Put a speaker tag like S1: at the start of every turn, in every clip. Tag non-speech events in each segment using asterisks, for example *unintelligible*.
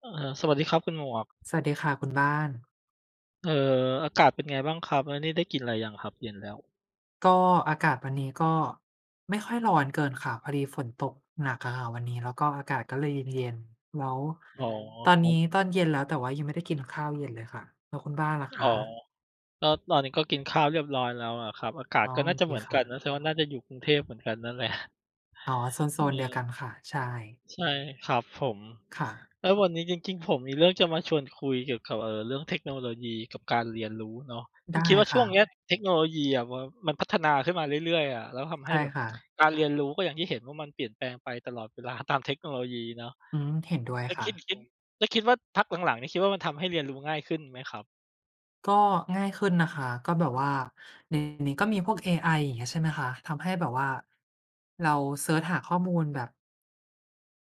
S1: สวัสดีครับคุณหมวก
S2: สวัสดีค่ะคุณบ้าน
S1: เอ่อากาศเป็นไงบ้างครับแล้วนี่ได้กินอะไรยังครับเย็นแล้ว
S2: ก็อากาศวันนี้ก็ไม่ค่อยร้อนเกินค่ะพอดีฝนตกหนักอะค่ะวันนี้แล้วก็อากาศก็เลยเย็นๆแล้ว
S1: อ๋อ
S2: ตอน
S1: ครั
S2: นี้
S1: บ
S2: ตอนเย็นแล้วแต่ว่ายังไม่ได้กินข้าวเย็นเลยค่ะแล้วคุณบ้านล่ะคะ
S1: อ๋อก็ตอนนี้ก็กินข้าวเรียบร้อยแล้วอะครับอากาศ
S2: อ๋อ
S1: ก็น่าจะ
S2: ดี
S1: เหมือน
S2: ค่ะ
S1: กันนะแสดงว่าน่าจะอยู่กรุงเทพเหมือนกันนั่นแหละ
S2: อ๋อโ
S1: *laughs*
S2: ซนๆเดียวกั
S1: เออ
S2: นค่ะใช่
S1: ใช่ครับผม
S2: ค่ะ
S1: แล้ววันนี้จริงๆผมมีเรื่องจะมาชวนคุยเกี่ยวกับเรื่องเทคโนโลยีกับการเรียนรู้เนาะคือ
S2: ได้
S1: คิดว่าช่ว
S2: ค่ะ
S1: งเนี้ยเทคโนโลยีอะมันพัฒนาขึ้นมาเรื่อยๆอะแล้วทำให้
S2: ใช่
S1: แบบ
S2: ค่ะ
S1: การเรียนรู้ก็อย่างที่เห็นว่ามันเปลี่ยนแปลงไปตลอดเวลา *laughs* ตามเทคโนโลยีเนาะ
S2: อืมเห็นด้วย
S1: แล้ว
S2: ค่ะ
S1: คิดคิดแล้วคิดว่าพักหลังๆนี่คิดว่ามันทำให้เรียนรู้ง่ายขึ้นไหมครับ
S2: ก็ง่ายขึ้นนะคะก็แบบว่าเดี๋ยวนี้ก็มีพวกเอไออย่างเงี้ยใช่ไหมคะทำให้แบบว่าเราเซิร์ชหาข้อมูลแบบ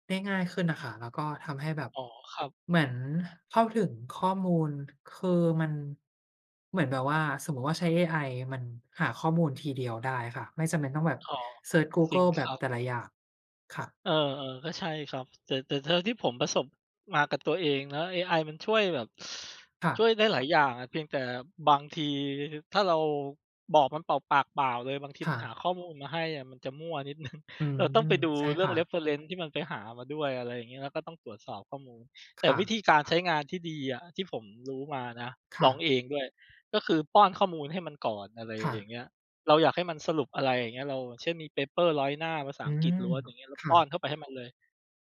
S2: ได้ง่ายขึ้นน่ะค่ะแล้วก็ทำให้แบบ
S1: อ๋อครับ
S2: เหมือนเข้าถึงข้อมูลคือมันเหมือนแบบว่าสมมุติว่าใช้เอไอมันหาข้อมูลทีเดียวได้ค่ะไม่จำเป็นต้องแบบ
S1: อ๋อ
S2: เซิร์ชกู
S1: จริ
S2: เกิ
S1: ง
S2: ลแบ
S1: ค
S2: บ
S1: รับ
S2: แต่ละอย่างค่ะ
S1: เออๆก็ใช่ครับแต่เท่าที่ผมประสบมากับตัวเองนะเอไอมันช่วยแบบ
S2: ค่ะ
S1: ช่วยได้หลายอย่างอะเพียงแต่บางทีถ้าเราบอกมันเปล่าปากเปล่าเลยบางทีมั
S2: ค่ะ
S1: นหาข้อมูลมาให้อะมันจะมั่วนิดหนึ่ง
S2: อื
S1: *laughs*
S2: ม
S1: เราต้องไปดู
S2: ใช่
S1: เรื่อง
S2: ค่ะ
S1: reference ที่มันไปหามาด้วยอะไรอย่างงี้แล้วก็ต้องตรวจสอบข้อมูลแต่
S2: ค่ะ
S1: วิธีการใช้งานที่ดีอะที่ผมรู้มานะล
S2: ค่ะ
S1: องเองด้วยก็คือป้อนข้อมูลให้มันก่อนอะไร
S2: ค่ะ
S1: อย่างเงี้ย เราอยากให้มันสรุปอะไรอย่างเงี้ยเราเช่นมีเปเปอร์ร้อยหน้าภาษา
S2: อื
S1: อังกฤษ
S2: ม
S1: ล้วนอย่างเงี้ยเรา
S2: ค่ะ
S1: ป้อนเข้าไปให้มันเลย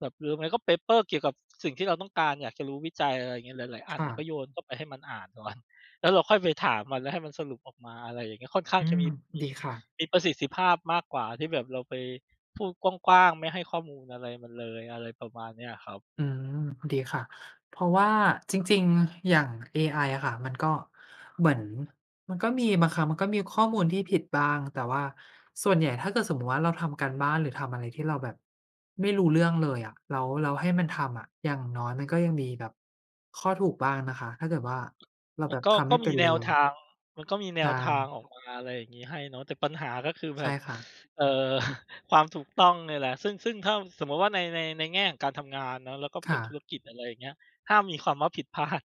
S1: แบบหรือไม่ก็เปเปอร์เกี่ยวกับสิ่งที่เราต้องการอยากจะรู้วิจัยอะไรอย่างเงี้ยหลายๆอัน
S2: ค่ะ
S1: น่ะก็โยนเข้าไปให้มันอ่านก่อน *laughs* แล้วเราค่อยไปถามมันแล้วให้มันสรุปออกมาอะไรอย่างเงี้ยค่อนข้าง
S2: อื
S1: จะ
S2: ม
S1: มี
S2: ดีค่ะ
S1: มีประสิทธิภาพมากกว่าที่แบบเราไปพูดกว้างๆไม่ให้ข้อมูลอะไรมันเลยอะไรประมาณเนี้ยครับ
S2: อืมดีค่ะเพราะว่าจริงๆอย่างเอไออะค่ะมันก็เหมือนมันก็มีบางครั้งมันก็มีข้อมูลที่ผิดบ้างแต่ว่าส่วนใหญ่ถ้าเกิดสมมุติว่าเราทำการบ้านหรือทำอะไรที่เราแบบไม่รู้เรื่องเลยอะแล้วให้มันทำอะอย่างน้อยมันก็ยังมีแบบข้อถูกบ้างนะคะถ้าเกิดว่าเรา
S1: มั
S2: แบ
S1: น
S2: บ
S1: ก็
S2: ทำไม่
S1: มี
S2: เป็น
S1: แน
S2: เล
S1: ว
S2: ย
S1: ทางมันก็มีแนว
S2: ใช่
S1: ทางออกมาอะไรอย่างงี้ให้เนาะแต่ปัญหาก็คือแบ
S2: ใช่
S1: บ
S2: ค่ะ
S1: เอ่อ *laughs* ความถูกต้องเนี่ยแหละซึ่งถ้าสมมุติว่าในแง่ของการทำงานเนาะแล้วก็เป็น
S2: ค่ะ
S1: ธุรกิจอะไรอย่างเงี้ยห้ามมีความว่าผิดพลาด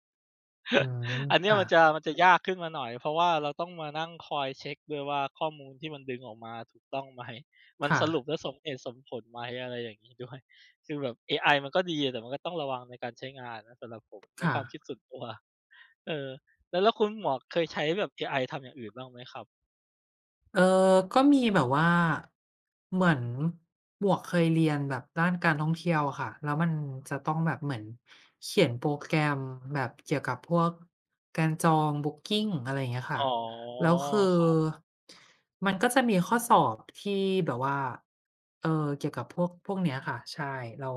S2: อืม
S1: *laughs* อันเนี้ย
S2: ค่ะ
S1: มันจะยากขึ้นมาหน่อยเพราะว่าเราต้องมานั่งคอยเช็กด้วยว่าข้อมูลที่มันดึงออกมาถูกต้องไหม *laughs* มัน
S2: ค่ะ
S1: สรุปแล้วสมเหตุสมผลไหมอะไรอย่างงี้ด้วย *laughs* คือแบบเอไอมันก็ดีแต่มันก็ต้องระวังในการใช้งานนะสำหรับผมในค
S2: ค่ะ
S1: วามคิดส่วนตัว *laughs* เออแล้วคุณหมวกเคยใช้แบบเอไอทำอย่างอื่นบ้างไหมครับ
S2: เออก็มีแบบว่าเหมือนหมวกเคยเรียนแบบด้านการท่องเที่ยวอะค่ะแล้วมันจะต้องแบบเหมือนเขียนโปรแกรมแบบเกี่ยวกับพวกการจอง Booking อะไรอย่างเงี้ยค่ะ
S1: อ๋อ
S2: แล้วคือ
S1: ครับ
S2: มันก็จะมีข้อสอบที่แบบว่าเออเกี่ยวกับพวกพวกเนี้ยค่ะใช่แล้ว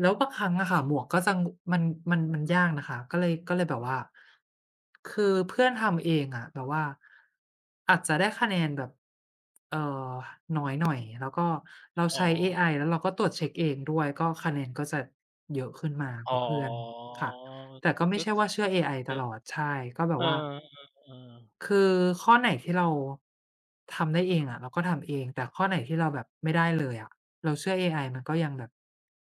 S2: แล้วบางครั้งอะค่ะหมวกก็จังมันมันมันยากนะคะก็เลยแบบว่าคือเพื่อนทำเองอะแบบว่าอาจจะได้คะแนนแบบเอ่อน้อยหน่อยแล้วก็เรา
S1: อ๋อ
S2: ใช้เอไอแล้วเราก็ตรวจเช็กเองด้วยก็คะแนนก็จะเยอะขึ้นมาก
S1: อ๋
S2: ว่าเพื่อน
S1: อ
S2: ค่ะแต่ก็ไม่
S1: ก็
S2: ใช่
S1: คื
S2: ว่า
S1: อ *laughs*
S2: เชื่อเอ
S1: *unintelligible*
S2: ไอตลอดใช่ก็แบ
S1: เอ
S2: บ
S1: อ
S2: ว่า
S1: เออๆๆ
S2: คือข้อไหนที่เราทำได้เองอะเราก็ทำเองแต่ข้อไหนที่เราแบบไม่ได้เลยอะเราเชื่อเอไอมันก็ยังแบบ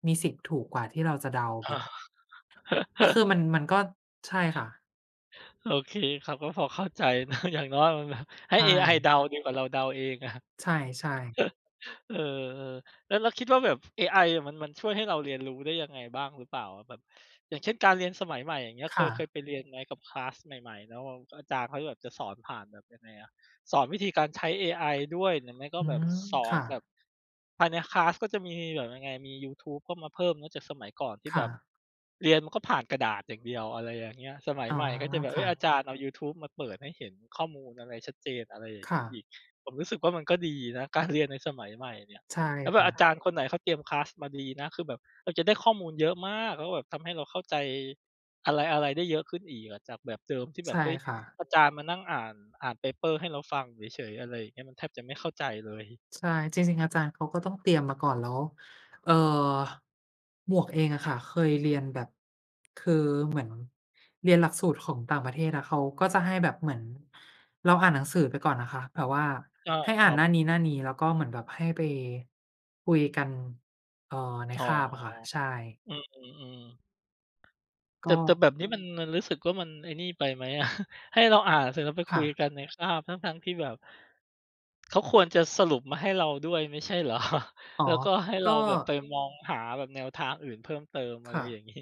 S2: มีสิทธิ์ถูกกว่าที่เราจะเดาแบบ
S1: ออ
S2: ก็คือ
S1: *laughs*
S2: มันก็ใช่ค่ะ
S1: โอเคครับก็พอเข้าใจ *laughs* นะอย่างน้อยมันแบบให้
S2: ใช่
S1: เอไอเดาดีกว่าเราเดาเองอะ
S2: ใช่ๆ
S1: เออๆแล้วคิดว่าแบบเอไออะมันช่วยให้เราเรียนรู้ได้ยังไงบ้างหรือเปล่าอะแบบอย่างเช่นการเรียนสมัยใหม่อย่างเงี้ยเคย
S2: ค่ะ
S1: เคยไปเรียนไหมกับคลาสใหม่ๆแล้วแบบอาจารย์เขาแบบจะสอนผ่านแบบยังไงอะสอนวิธีการใช้เอไอด้วยหรือไม่ก็
S2: อื
S1: แบบ
S2: ม
S1: สอน
S2: ค่ะ
S1: แบบภายในคลาสก็จะมีแบบยังไงมียูทูบเข้ามาเพิ่มเนาะจากสมัยก่อนที่แบ
S2: ค่ะ
S1: บเรียนมันก็ผ่านกระดาษอย่างเดียวอะไรอย่างเงี้ยสมัย
S2: อ๋อ
S1: ใหม่ก็จะแบบเฮ้ย
S2: ค่ะ
S1: อาจารย์เอายูทูบมาเปิดให้เห็นข้อมูลอะไรชัดเจนอะไรอย่าง
S2: ค่ะ
S1: งี้อีก ผมรู้สึกว่ามันก็ดีนะการเรียนในสมัยใหม่เนี่ย
S2: ใช่
S1: แล้วแบบอาจาร
S2: ค่ะ
S1: ย์คนไหนเขาเตรียมคลาสมาดีนะคือแบบเราจะได้ข้อมูลเยอะมากแล้วแบบทำให้เราเข้าใจอะไรๆได้เยอะขึ้นอีกอะจากแบบเดิมที่แบบ
S2: ใช่
S1: เฮ้ย
S2: ค่ะ
S1: อาจารย์มานั่งอ่าน paper ให้เราฟังเฉยๆอะไรอย่างเงี้ยมันแทบจะไม่เข้าใจเลย
S2: ใช่จริงๆอาจารย์เขาก็ต้องเตรียมมาก่อนแล้วเอ่อหมวกเองอะค่ะเคยเรียนแบบคือเหมือนเรียนหลักสูตรของต่างประเทศอะเขาก็จะให้แบบเหมือนเราอ่านหนังสือไปก่อนนะคะแบบว่า
S1: อา
S2: ให้
S1: ค
S2: อ่า
S1: รั
S2: นหน้าน
S1: บ
S2: ี้ๆแล้วก็เหมือนแบบให้ไปคุยกันเอ่อใน
S1: อ๋อ
S2: คาบอะค่ะใช่
S1: อือๆๆ แต่
S2: ก็
S1: แต่แบบนี้มันรู้สึกว่ามันไอ้นี่ไปไหมอะ *laughs* ให้เราอ่านเสร็จแล้วไปคุ
S2: ค่ะ
S1: ยกันในคาบทั้งๆที่แบบเขาควรจะสรุปมาให้เราด้วยไม่ใช่เหรอ *laughs*
S2: อ๋อ
S1: แล้วก็ให้เรา
S2: ก็
S1: แบบไปมองหาแบบแนวทางอื่นเพิ่มเติมอะไร
S2: ค่ะ
S1: อย่างงี้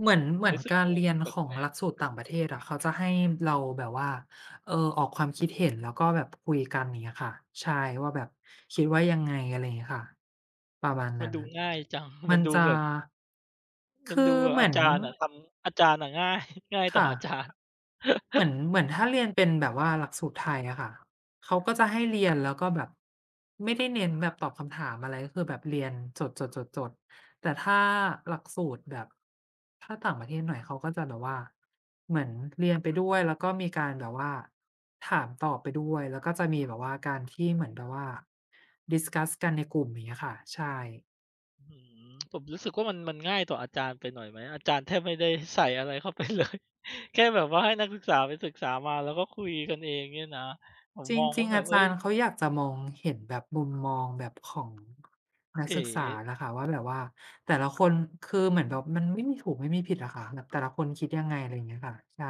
S2: เหมือนเหมือน
S1: รู้สึก
S2: การ
S1: ว่ามั
S2: เรี
S1: น
S2: ยนขอ
S1: แป
S2: ง
S1: ล
S2: ห
S1: ก
S2: ลักสูตรต่างประเทศอะเขาจะให้เราแบบว่าออกความคิดเห็นแล้วก็แบบคุยกันอย่างเงี้ยค่ะใช่ว่าแบบคิดว่ายังไงอะไรอย่างเงี้ยค่ะประมาณ
S1: ๆมัน
S2: นั้น
S1: ดูง่ายจัง
S2: มั
S1: มัน
S2: น
S1: ดู
S2: จะ
S1: แบบมัน
S2: คื
S1: ดู
S2: อ
S1: แบบ
S2: เหมื
S1: อา
S2: อน
S1: จารย์อะทำอาจารย์อะง่ายง่ายต่อ
S2: ค่ะ
S1: อาจารย์
S2: เหมือนเหมือนถ้าเรียนเป็นแบบว่าหลักสูตรไทยอะค่ะเขาก็จะให้เรียนแล้วก็แบบไม่ได้เน้นแบบตอบคำถามอะไรก็คือแบบเรียนจดๆๆๆแต่ถ้าหลักสูตรแบบถ้าต่างประเทศหน่อยเขาก็จะแบบว่าเหมือนเรียนไปด้วยแล้วก็มีการแบบว่าถามตอบไปด้วยแล้วก็จะมีแบบว่าการที่เหมือนแบบว่า discuss กันในกลุ่มอย่างเงี้ยค่ะใช่
S1: อื้ผมรู้สึกว่ามันง่ายต่ออาจารย์ไปหน่อยไหมอาจารย์แทบไม่ได้ใส่อะไรเข้าไปเลย *laughs* แค่แบบว่าให้นักศึกษาไปศึกษามาแล้วก็คุยกันเองเนี่ยนะผม
S2: จ
S1: มอง
S2: ริง
S1: ว่า
S2: ๆ
S1: แบ
S2: อา
S1: บเฮ้
S2: จา
S1: ย
S2: รย์เขาอยากจะมองเห็นแบบมุมมองแบบของนัก
S1: เอ๋
S2: ศึกษาน่ะค่ะว่าแบบว่าแต่ละคนคือเหมือนแบบมันไม่มีถูกไม่มีผิดอะค่ะแบบแต่ละคนคิดยังไงอะไรอย่างเงี้ยค่ะใช่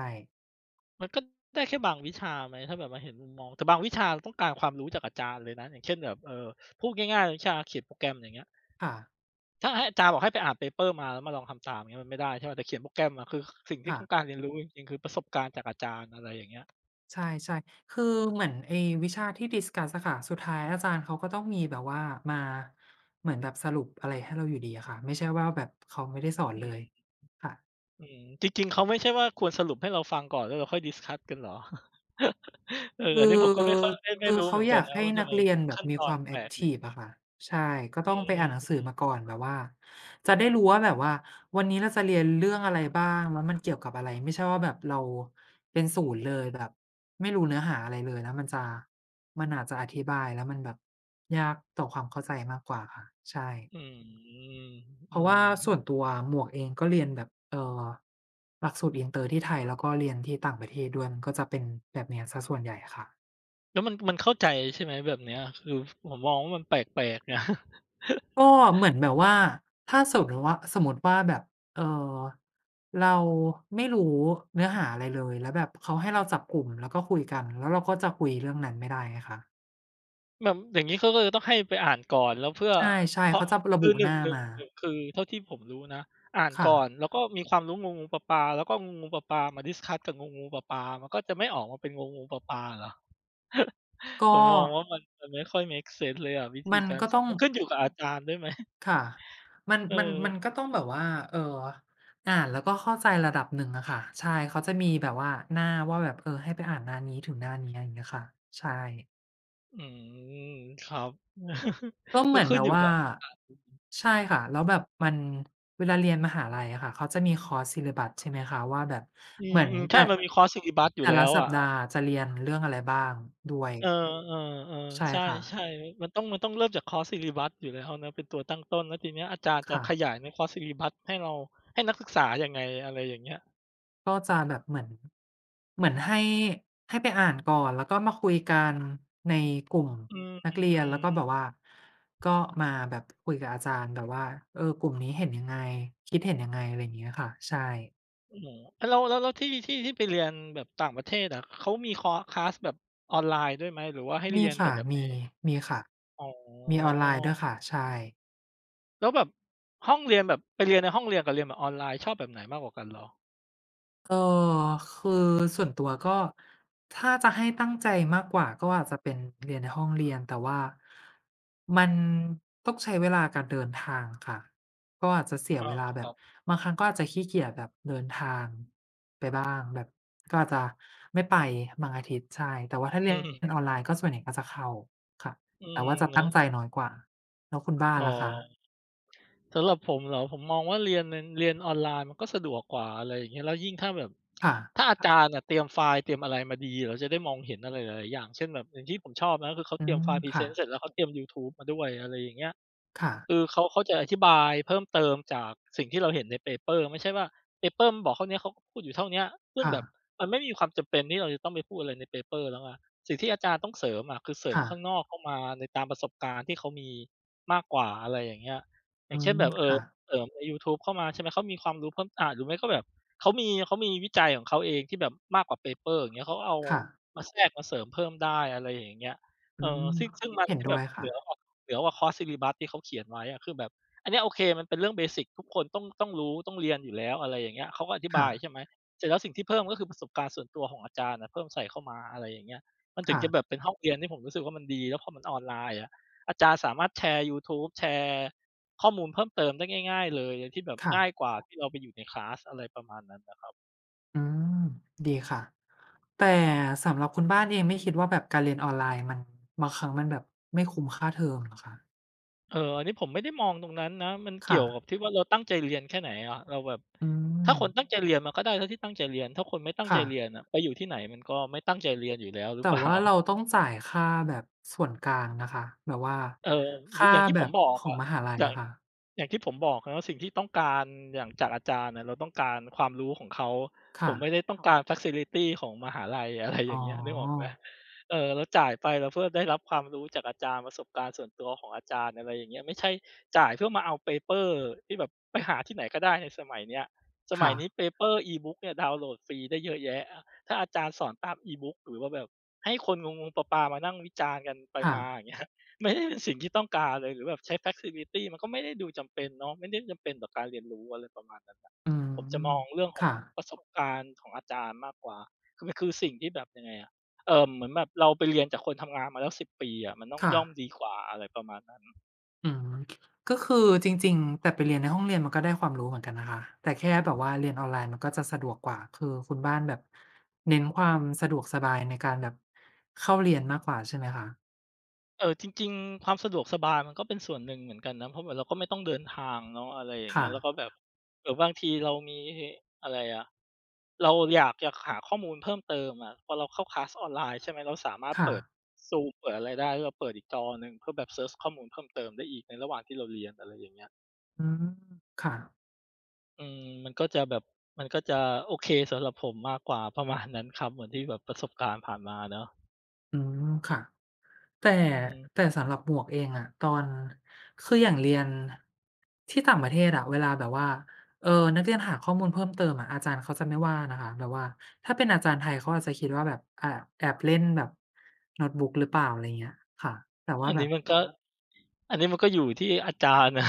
S1: มันก็ได้แค่บางวิชาไหมถ้าแบบมาเห็นมุมมองแต่บางวิชาเราต้องการความรู้จากอาจารย์เลยนะอย่างเช่นแบบพูดง่ายๆวิชาเขียนโปรแกรมอย่างเงี้ย
S2: ค่ะ
S1: ถ้าให้อาจารย์บอกให้ไปอ่านเพเปอร์มาแล้วมาลองทำตามอย่างเงี้ยมันไม่ได้ใช่เปล่าแต่เขียนโปรแกรมอะคือสิ่งที่
S2: ค่ะ
S1: ต้องการเรียนรู้จริงๆคือประสบการณ์จากอาจารย์อะไรอย่างเงี้ย
S2: ใช่ๆคือเหมือนไอ้วิชาที่ดิสคัสอะค่ะสุดท้ายอาจารย์เขาก็ต้องมีแบบว่ามาเหมือนแบบสรุปอะไรให้เราอยู่ดีอะค่ะไม่ใช่ว่าแบบเขาไม่ได้สอน
S1: อื
S2: เลย
S1: ม
S2: ค่ะ
S1: อืมจริงๆเขาไม่ใช่ว่าควรสรุปให้เราฟังก่อนแล้วเราค่อยดิสคัสกันเหรอ *laughs* เออ
S2: คื
S1: อันนี้ผมก็ไม่
S2: อ
S1: ค่อยไม่ไม่
S2: คือ
S1: รู้เห
S2: เขา
S1: มือน
S2: อ
S1: กัน
S2: ยาก
S1: นะ
S2: ให้
S1: ว่าทำ
S2: นัก
S1: ไม
S2: เรียนแบบ
S1: ขั้น
S2: มี
S1: ตอ
S2: ค
S1: น
S2: วาม
S1: แป
S2: แอ็
S1: ล
S2: ก
S1: ก
S2: ทิ
S1: ดิ
S2: ฟอะค่ะใช่ก็
S1: อื
S2: ต้องไปอ่านหนังสือมา
S1: ม
S2: ก่อนแบบว่าจะได้รู้ว่าแบบว่าวันนี้เราจะเรียนเรื่องอะไรบ้างแล้วมันเกี่ยวกับอะไรไม่ใช่ว่าแบบเราเป็นศูนย์เลยแบบไม่รู้เนื้อหาอะไรเลยแล้วมันจะมันอาจจะอธิบายแล้วมันแบบยากต่อความเข้าใจมากกว่าค่ะใช่
S1: ๆอืม
S2: เพ
S1: อื
S2: ราะว่าส่วน
S1: ม
S2: ตัวหมวกเองก็เรียนแบบหลักสูตรอินเตอร์ที่ไทยแล้วก็เรียนที่ต่างประเทศด้วยมันก็จะเป็นแบบเนี้ยเสียส่วนใหญ่ค่ะ
S1: แล้วมันเข้าใจใช่ไหมแบบเนี้ยคือผมมองว่ามันแปลกๆนะ *laughs*
S2: ก็เหมือนแบบว่าถ้าสมมติว่าแบบเออเราไม่รู้เนื้อหาอะไรเลยแล้วแบบเขาให้เราจับกลุ่มแล้วก็คุยกันแล้วเราก็จะคุยเรื่องนั้นไม่ได้ไงคะ
S1: แบบอย่างงี้เขาก็เลยต้องให้ไปอ่านก่อนแล้วเพื่อ
S2: ใช่
S1: เพ
S2: ๆ
S1: ราะ
S2: เขาจะระ
S1: คือ
S2: บุห
S1: 1
S2: น้า
S1: 1ง
S2: มา
S1: หนึ่งหนึ่งคือเท่าที่ผมรู้นะอ่านก่อน
S2: ค่ะ
S1: แล้วก็มีความรู้งูๆปลาๆแล้วก็งูๆปลาๆมาดิสคัสกับงูๆปลาๆมันก็จะไม่ออกมาเป็นงูๆปลาๆเหรอ *laughs* ผ
S2: ก็
S1: มมองว่ามันไม่ค่อยเมกเซนส์เลยอะวิธี
S2: มัน
S1: การ
S2: ก็
S1: สอ
S2: ต้
S1: น
S2: อง
S1: มันขึ้นอยู่กับอาจารย์ด้วยไหม *laughs*
S2: ค่ะมัน
S1: เอ
S2: มัน
S1: อ
S2: มันก็ต้องแบบว่าเอ่ออ่านแล้วก็เข้าใจระดับหนึ่งอะค่ะใช่เขาจะมีแบบว่าหน้าว่าแบบให้ไปอ่านหน้านี้ถึงหน้านี้อะไรอย่างเงี้ยค่ะใช่
S1: อืมครับ *laughs*
S2: ก็เห
S1: ก็
S2: มือน
S1: ขึ้
S2: แบ
S1: น
S2: บ
S1: อยู่
S2: ว่า
S1: กับ
S2: ใช่ค่ะแล้วแบบมันเวลาเรียนมหาลัยอะค่ะเขาจะมีคอร์ส s ิ l ิบ b u ใช่ไหมคะว่าแบบ
S1: อื
S2: เหมือน
S1: มๆใช่
S2: แต่
S1: มันมีคอร์สซ y l l บั u อยู่
S2: แต่
S1: แล้
S2: ละ
S1: ว
S2: สัป
S1: อะ
S2: ดาห์จะเรียนเรื่องอะไรบ้างด้วย
S1: เออๆ
S2: ใช่
S1: ๆใช่
S2: ค่ะ
S1: ๆมันต้องเริ่มจากคอร์สซ y l l a ั u s อยู่แล้วนะเป็นตัวตั้งต้นแล้วทีเนี้ยอาจารย์จะ
S2: ค่ะ
S1: ขยายในคอร์สซ y l l a ั u s ให้เราให้นักศึกษายังไงอะไรอย่างเงี้ย
S2: ก็จะแบบเหมือนเหมือนให้ไปอ่านก่อนแล้วก็มาคุยกันในกลุ่ม
S1: อื
S2: นักเรียนแล้วก็แบ
S1: ม
S2: บว่าก็มาแบบคุยกับอาจารย์แบบว่าเออกลุ่มนี้เห็นยังไงคิดเห็นยังไงอะไรอย่างเงี้ยค่ะใช่
S1: อืมแล้วที่ไปเรียนแบบต่างประเทศอะเขามีคอคลาสแบบออนไลน์ด้วยไหมหรือว่าให้เรี
S2: มี
S1: ยนแต่
S2: ค่ะ
S1: แบบใน
S2: มีค่ะ
S1: อ๋อ
S2: มีออนไลน์ด้วยค่ะใช่
S1: แล้วแบบห้องเรียนแบบไปเรียนในห้องเรียนกับเรียนแบบออนไลน์ชอบแบบไหนมากกว่ากันเหรอ
S2: เอ่อคือส่วนตัวก็ถ้าจะให้ตั้งใจมากกว่าก็อาจจะเป็นเรียนในห้องเรียนแต่ว่ามันต้องใช้เวลาการเดินทางค่ะก็อาจจะเสีย
S1: อ้อ
S2: เวลา
S1: ค
S2: แบบ
S1: รับ
S2: บางครั้งก็อาจจะขี้เกียจแบบเดินทางไปบ้างแบบก็อาจจะไม่ไปบางอาทิตย์ใช่แต่ว่าถ้าเรีย
S1: อืม
S2: นออนไลน์ก็ส่วนใหญ่ก็จะเข้าค่ะ
S1: อื
S2: แต่
S1: ม
S2: ว่าจะตั้
S1: เนาะ
S2: งใจน้อยกว่าแล้วคุณบ้าน
S1: อ๋อ
S2: ล่ะคะ
S1: สำหรับผมเหรอผมมองว่าเรียนในเรียนออนไลน์มันก็สะดวกกว่าอะไรอย่างเงี้ยแล้วยิ่งถ้าแบบ
S2: ค่ะ
S1: ถ้าอาจารย์อะเตรียมไฟล์เตรียมอะไรมาดีเราจะได้มองเห็นอะไรหลายๆอย่างเช่นแบบอย่างที่ผมชอบนะคือเขา
S2: อื
S1: เตรียมไฟ
S2: ม
S1: ล์พรีเซ
S2: ค่ะ
S1: นต์เสร็จแล้วเขาเตรียมยูทูบมาด้วยอะไรอย่างเงี้ย
S2: ค่ะ
S1: คือเขาจะอธิบายเพิ่มเติมจากสิ่งที่เราเห็นในเปเปอร์ไม่ใช่ว่าเปเปอร์มันบอกเท่าเนี้ยเขาก็พูดอยู่เท่าเนี้ยซึ่ง
S2: ค่ะ
S1: แบบมันไม่มีความจำเป็นที่เราจะต้องไปพูดอะไรในเปเปอร์แล้วไงสิ่งที่อาจารย์ต้องเสริมอะคือเสริมข้าง
S2: ค่ะ
S1: นอกเข้ามาในตามประสบการณ์ที่เขามีมากกว่าอะไรอย่างเงี้ยอ
S2: อื
S1: ย่างเช่น
S2: ม
S1: แบบ
S2: ค่ะ
S1: เสริมในยูทูบเข้ามาใช่ไหมเขามีความรู้เพิ่มหรือไม่ก็แบบเขามีวิจัยของเขาเองที่แบบมากกว่าเปเปอร์อย่างเงี้ยเขาเอา
S2: ค่ะ
S1: มาแทรกมาเสริมเพิ่มได้อะไรอย่างเงี้ยเอ
S2: อื
S1: อ
S2: ม
S1: ซึ่งมัน
S2: เห็น
S1: ที่แบ
S2: ด้ว
S1: บ
S2: ย
S1: เห
S2: ค่ะ
S1: นือกว่า เหนือกว่าคอร์สซิลิบัสที่เขาเขียนไว้อะคือแบบอันเนี้ยโอเคมันเป็นเรื่องเบสิกทุกคนต้องรู้ต้องเรียนอยู่แล้วอะไรอย่างเงี้ยเขาก็อธิบา
S2: ค่ะ
S1: ยใช่ไหมเสร็จแล้วสิ่งที่เพิ่มก็คือประสบการณ์ส่วนตัวของอาจารย์อะเพิ่มใส่เข้ามาอะไรอย่างเงี้ยมันถึงจะแบบ
S2: ค่ะ
S1: เป็นห้องเรียนที่ผมรู้สึกว่ามันดีแล้วพอมันออนไลน์อะอาจารย์สามารถแชร์ยูทูบแชร์ข้อมูลเพิ่มเติมได้ง่ายๆเลยโดยที่แบบ
S2: ค่ะ
S1: ง่ายกว่าที่เราไปอยู่ในคลาสอะไรประมาณนั้น
S2: อืมดีค่ะ แต่สำหรับคุณบ้านเองไม่คิดว่าแบบการเรียนออนไลน์มันบางครั้งมันแบบไม่คุ้มค่าเทอมเหรอคะ
S1: เอออันนี้ผมไม่ได้มองตรงนั้นนะ มันเกี่ยวกับ
S2: ค่ะ
S1: ที่ว่าเราตั้งใจเรียนแค่ไหนอะเราแบบ
S2: อื
S1: ถ้า
S2: ม
S1: คนตั้งใจเรียนมันก็ได้เท่าที่ตั้งใจเรียนถ้าคนไม่ตั้งใจ
S2: ค่ะ
S1: เรียนอะไปอยู่ที่ไหนมันก็ไม่ตั้งใจเรียนอยู่แล้วหรือ
S2: แต่
S1: เปล่า
S2: ว่าเราต้องจ่ายค่าแบบส่วนกลางนะคะแบบว่า
S1: เออหรือ
S2: ค่า
S1: อย่างที่
S2: แบ
S1: ผม
S2: บ
S1: บอก
S2: ของ
S1: อะ
S2: มหาลัย
S1: อย่าง
S2: อะค่ะ
S1: อย่างที่ผมบอกนะว่าสิ่งที่ต้องการอย่างจากอาจารย์น่ะเราต้องการความรู้ของเขาผ
S2: ค่ะ
S1: มไม่ได้ต้องการฟัซิลิตีของมหาลัย *laughs* อะไรอ
S2: อ๋อ
S1: ย่างเงี้ยนึกออกไหมเออเราจ่ายไปเราเพื่อได้รับความรู้จากอาจารย์ประสบการณ์ส่วนตัวของอาจารย์อะไรอย่างเงี้ยไม่ใช่จ่ายเพื่อมาเอาเปเปอร์ที่แบบไปหาที่ไหนก็ได้ในสมัยเนี้ยสมัย
S2: ค่ะ
S1: นี้เปเปอร์ e-book เนี่ยดาวน์โหลดฟรีได้เยอะแยะถ้าอาจารย์สอนตาม e-book หรือว่าแบบให้คนงงๆปลาๆมานั่งวิจารณ์กันไป
S2: ค่ะ
S1: มาอย่างเงี้ย ไม่ได้เป็นสิ่งที่ต้องการเลยหรือแบบใช้ flexibility มันก็ไม่ได้ดูจำเป็นเนาะไม่ได้จำเป็นต่อการเรียนรู้อะไรประมาณนั้นน่ะ
S2: อื
S1: ผมจะม
S2: ม
S1: องเรื่องของ
S2: ค่ะ
S1: ประสบการณ์ของอาจารย์มากกว่าคือมันคือสิ่งที่แบบยังไงอะเหมือนแบบเราไปเรียนจากคนทำงานมาแล้ว10 ปีอะมันต้อง
S2: ค่ะ
S1: ย่อมดีกว่าอะไรประมาณนั้น
S2: อืมก็คือจริงๆแต่ไปเรียนในห้องเรียนมันก็ได้ความรู้เหมือนกันนะคะแต่แค่แบบว่าเรียนออนไลน์มันก็จะสะดวกกว่าคือคุณบ้านแบบเน้นความสะดวกสบายในการแบบเข้าเรียนมากกว่าใช่ไหมคะ
S1: จริงๆความสะดวกสบายมันก็เป็นส่วนหนึ่งเหมือนกันนะเพราะเหมือนเราก็ไม่ต้องเดินทางเนาะอะไรอย่างเงี้
S2: ค่ะ
S1: ยแล้วก็แบบบางทีเรามีอะไรอะ เราอยากจะหาข้อมูลเพิ่มเติมอะพอเราเข้าคลาสออนไลน์ใช่ไหมเราสามารถ
S2: ค่ะ
S1: เปิด Zoom เปิดอะไรได้แล้วเราเปิดอีกจอหนึ่งเพื่อแบบเซิร์ชข้อมูลเพิ่มเติมได้อีกในระหว่างที่เราเรียนอะไรอย่างเงี้ย
S2: อืมค่ะ
S1: มันก็จะแบบมันก็จะโอเคสำหรับผมมากกว่าประมาณนั้นครับเหมือนที่แบบประสบการณ์ผ่านมาเนาะ
S2: อืมค่ะ แต่
S1: อืม
S2: แต่สำหรับหมวกเองอะตอนคืออย่างเรียนที่ต่างประเทศอะเวลาแบบว่าเอ่อนักเรียนหาข้อมูลเพิ่มเติมอะอาจารย์เขาจะไม่ว่านะคะแบบว่าถ้าเป็นอาจารย์ไทยเขาอาจจะคิดว่าแบบอ่าแอบเล่นแบบโน้ตบุ๊กหรือเปล่าอะไรเงี้ยค่ะแต่ว่า
S1: อัน
S2: แบ
S1: นี้
S2: บ
S1: มันก็อันนี้มันก็อยู่ที่อาจารย์นะ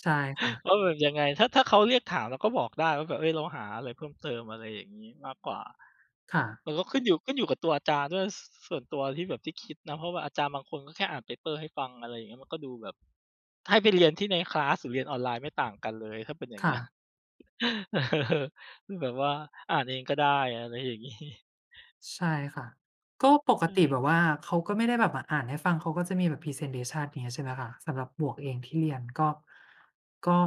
S2: ใช่ค่ะ
S1: *laughs* ว่าแบบยังไงถ้าเขาเรียกถามเราก็บอกได้ว่าแบบเฮ้ยเราหาอะไรเพิ่มเติมอะไรอย่างงี้มากกว่า
S2: ค่ะ
S1: มันก็ขึ้นอยู่กับตัวอาจารย์ด้วยส่วนตัวที่แบบที่คิดนะเพราะว่าอาจารย์บางคนก็แค่อ่านเพเปอร์ให้ฟังอะไรอย่างเงี้ยมันก็ดูแบบให้ไปเรียนที่ในคลาสหรือเรียนออนไลน์ไม่ต่างกันเลยถ้าเป็นอย่าง
S2: ค่ะ
S1: เงี้ย *laughs* เออคือแบบว่าอ่านเองก็ได้อะไรอย่างงี้
S2: ใช่ค่ะก็ปกติแบบ
S1: เออ
S2: ว่าเขาก็ไม่ได้แบบมาอ่านให้ฟังเขาก็จะมีแบบพรีเซนเทชันอย่างเงี้ยใช่ไหมคะสำหรับหมวกเองที่เรียนก็ก็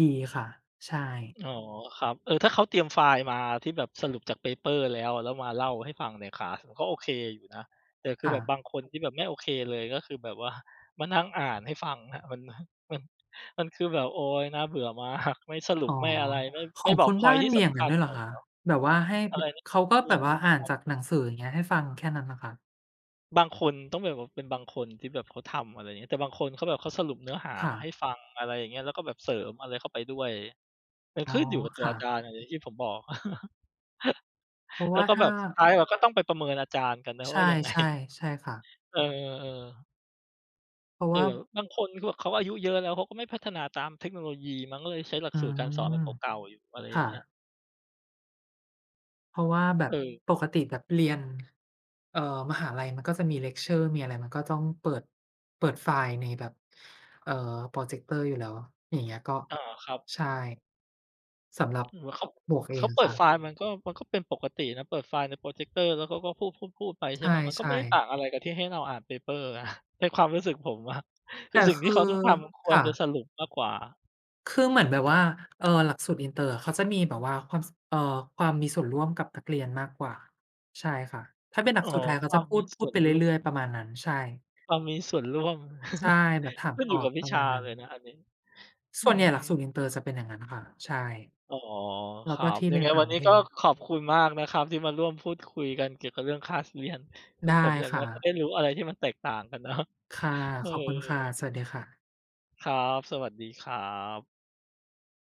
S2: ดีค่ะใช่
S1: อ๋อครับเออถ้าเขาเตรียมไฟล์มาที่แบบสรุปจากเพเปอ e ์แล้วแล้วมาเล่าให้ฟังในคลาสมันก็โอเคอยู่นะแต่คือแบ
S2: ค่ะ
S1: บบางคนที่แบบไม่โอเคเลยก็คือแบบว่ามานั่งอ่านให้ฟังครับมันมันคือแบบโอ๊ยน่าเบื่อมากไม่สรุ
S2: อ๋
S1: ป
S2: อ
S1: ไม่อะไรไม่
S2: ขอ
S1: ไม่
S2: ง
S1: บอก
S2: คุณ
S1: พ็อย
S2: บ้า
S1: นต์
S2: น
S1: ที่
S2: มีอย่าง
S1: สำ
S2: นั้
S1: คั
S2: น
S1: ญ
S2: ด้วยเหรอคะแบบว่าให้
S1: อะ
S2: บ
S1: ไรนะครั
S2: เขา
S1: บ
S2: ก็
S1: ม
S2: แบบว่าอ่า
S1: ี
S2: นจากหนังสืออย่างเงี้ยให้ฟังแค่นั้นเหรอคะ
S1: บางคนต้องแบบว่าเป็นบางคนที่แบบเขาทำอะไรอย่างเงี้ยแต่บางคนเขาแบบเขาสรุปเนื้อหา
S2: ค่ะ
S1: มาให้ฟังอะไรอย่างเงี้ยแล้วก็แบบเสริมอะไรเข้าไปด้วยมัน
S2: อ๋อ
S1: ขึ้นอยู่กับตัว
S2: ค่ะ
S1: อาจารย์อะอย่างที่ผมบอก *laughs*
S2: เพราะ
S1: แล้ว
S2: ว่า
S1: ก็แบ
S2: ถ้า
S1: บสุดท้ายเราก็ต้องไปประเมินอาจารย์กันนะว่า
S2: ใช่
S1: ยังไง
S2: ๆใช่ค่ะ
S1: เออๆ
S2: เพราะ
S1: หรือ
S2: ว่า
S1: แบบบางคนคือแบบเขาอายุเยอะแล้วเขาก็ไม่พัฒนาตามเทคโนโลยีมั้งก็เลยใช้หลัก
S2: อื
S1: สูตรการสอนแบบ
S2: ม
S1: เก่าๆอยู่อะไรอย่า
S2: ค่ะ
S1: งเงี้ย
S2: เพราะว่าแบ
S1: เอ
S2: บ
S1: อ
S2: ปกติแบบเรียนเอ่อมหาลัยมันก็จะมีเลกเชอร์มีอะไรมันก็ต้องเปิดเปิดไฟล์ในแบบเอ่อพรอเจกเตอร์อยู่แล้วอย่างเงี้ยก็
S1: อาครับ
S2: ใช่สำหรับ
S1: เหมือนเขา
S2: หมวกเอ
S1: เขา
S2: ง
S1: เปิด
S2: ค่ะ
S1: ไฟล์มันก็มันก็เป็นปกตินะเปิดไฟล์ในพรอเจกเตอร์แล้วเขาก็พูดๆๆไป
S2: ใ
S1: ใช่เปล่ามันก็ไม่
S2: ช่
S1: ได้ต่าง
S2: ๆ
S1: อะไรกับที่ให้เราอ่าน paper นะ *laughs* ในความรู้สึกผมอะคือ
S2: แต่
S1: สิ่งที่
S2: คื
S1: เขา
S2: อ
S1: ต้องทำควร
S2: ค่ะ
S1: จะสรุปมากกว่า
S2: คือเหมือนแบบว่าหลักสูตรอินเตอร์อะเขาจะมีแบบว่าความมีส่วนร่วมกับนักเรียนมากกว่าใช่ค่ะถ้าเป็นหลั
S1: อ๋
S2: ก
S1: อ
S2: สูตรไทย
S1: ค
S2: เขา
S1: วา
S2: จะ
S1: ม
S2: พู
S1: มี
S2: ดพู
S1: ส่
S2: ด
S1: วน
S2: ไป
S1: ร่วม
S2: เรื่อยๆประมาณนั้นใช่
S1: ความมีส่วนร่วม
S2: ใช่แบบถา
S1: *laughs*
S2: ม
S1: ขึ้น
S2: ต
S1: อ
S2: อ
S1: ยู่กั
S2: บ
S1: บ
S2: ป
S1: วิ
S2: ระมา
S1: ชา
S2: ณนั้น
S1: เลยนะอันนี้ อื
S2: ส่วนใหญ่หลัก
S1: ม
S2: สูตรอินเตอร์จะเป็นอย่างนั้นค่ะใช่
S1: อ๋อค
S2: แล้ว
S1: รั
S2: ก็
S1: บ
S2: ที่
S1: ยัง
S2: เรีย
S1: ไง
S2: นต่า
S1: วั
S2: ง
S1: น
S2: ป
S1: นี้
S2: ระเท
S1: ก็
S2: ศ
S1: ขอบคุณมากนะครับที่มาร่วมพูดคุยกันเกี่ยวกับเรื่องคลาสเรียนคือผ
S2: ได้
S1: มอย่างน้อ
S2: ค่ะ
S1: ยก็ได้รู้อะไรที่มันแตกต่างกันเนาะ
S2: ค่ะ
S1: *laughs* เอ
S2: ขอบคุณค่ะ
S1: อ
S2: สวัสดีค่ะ
S1: ครับสวัสดีครับ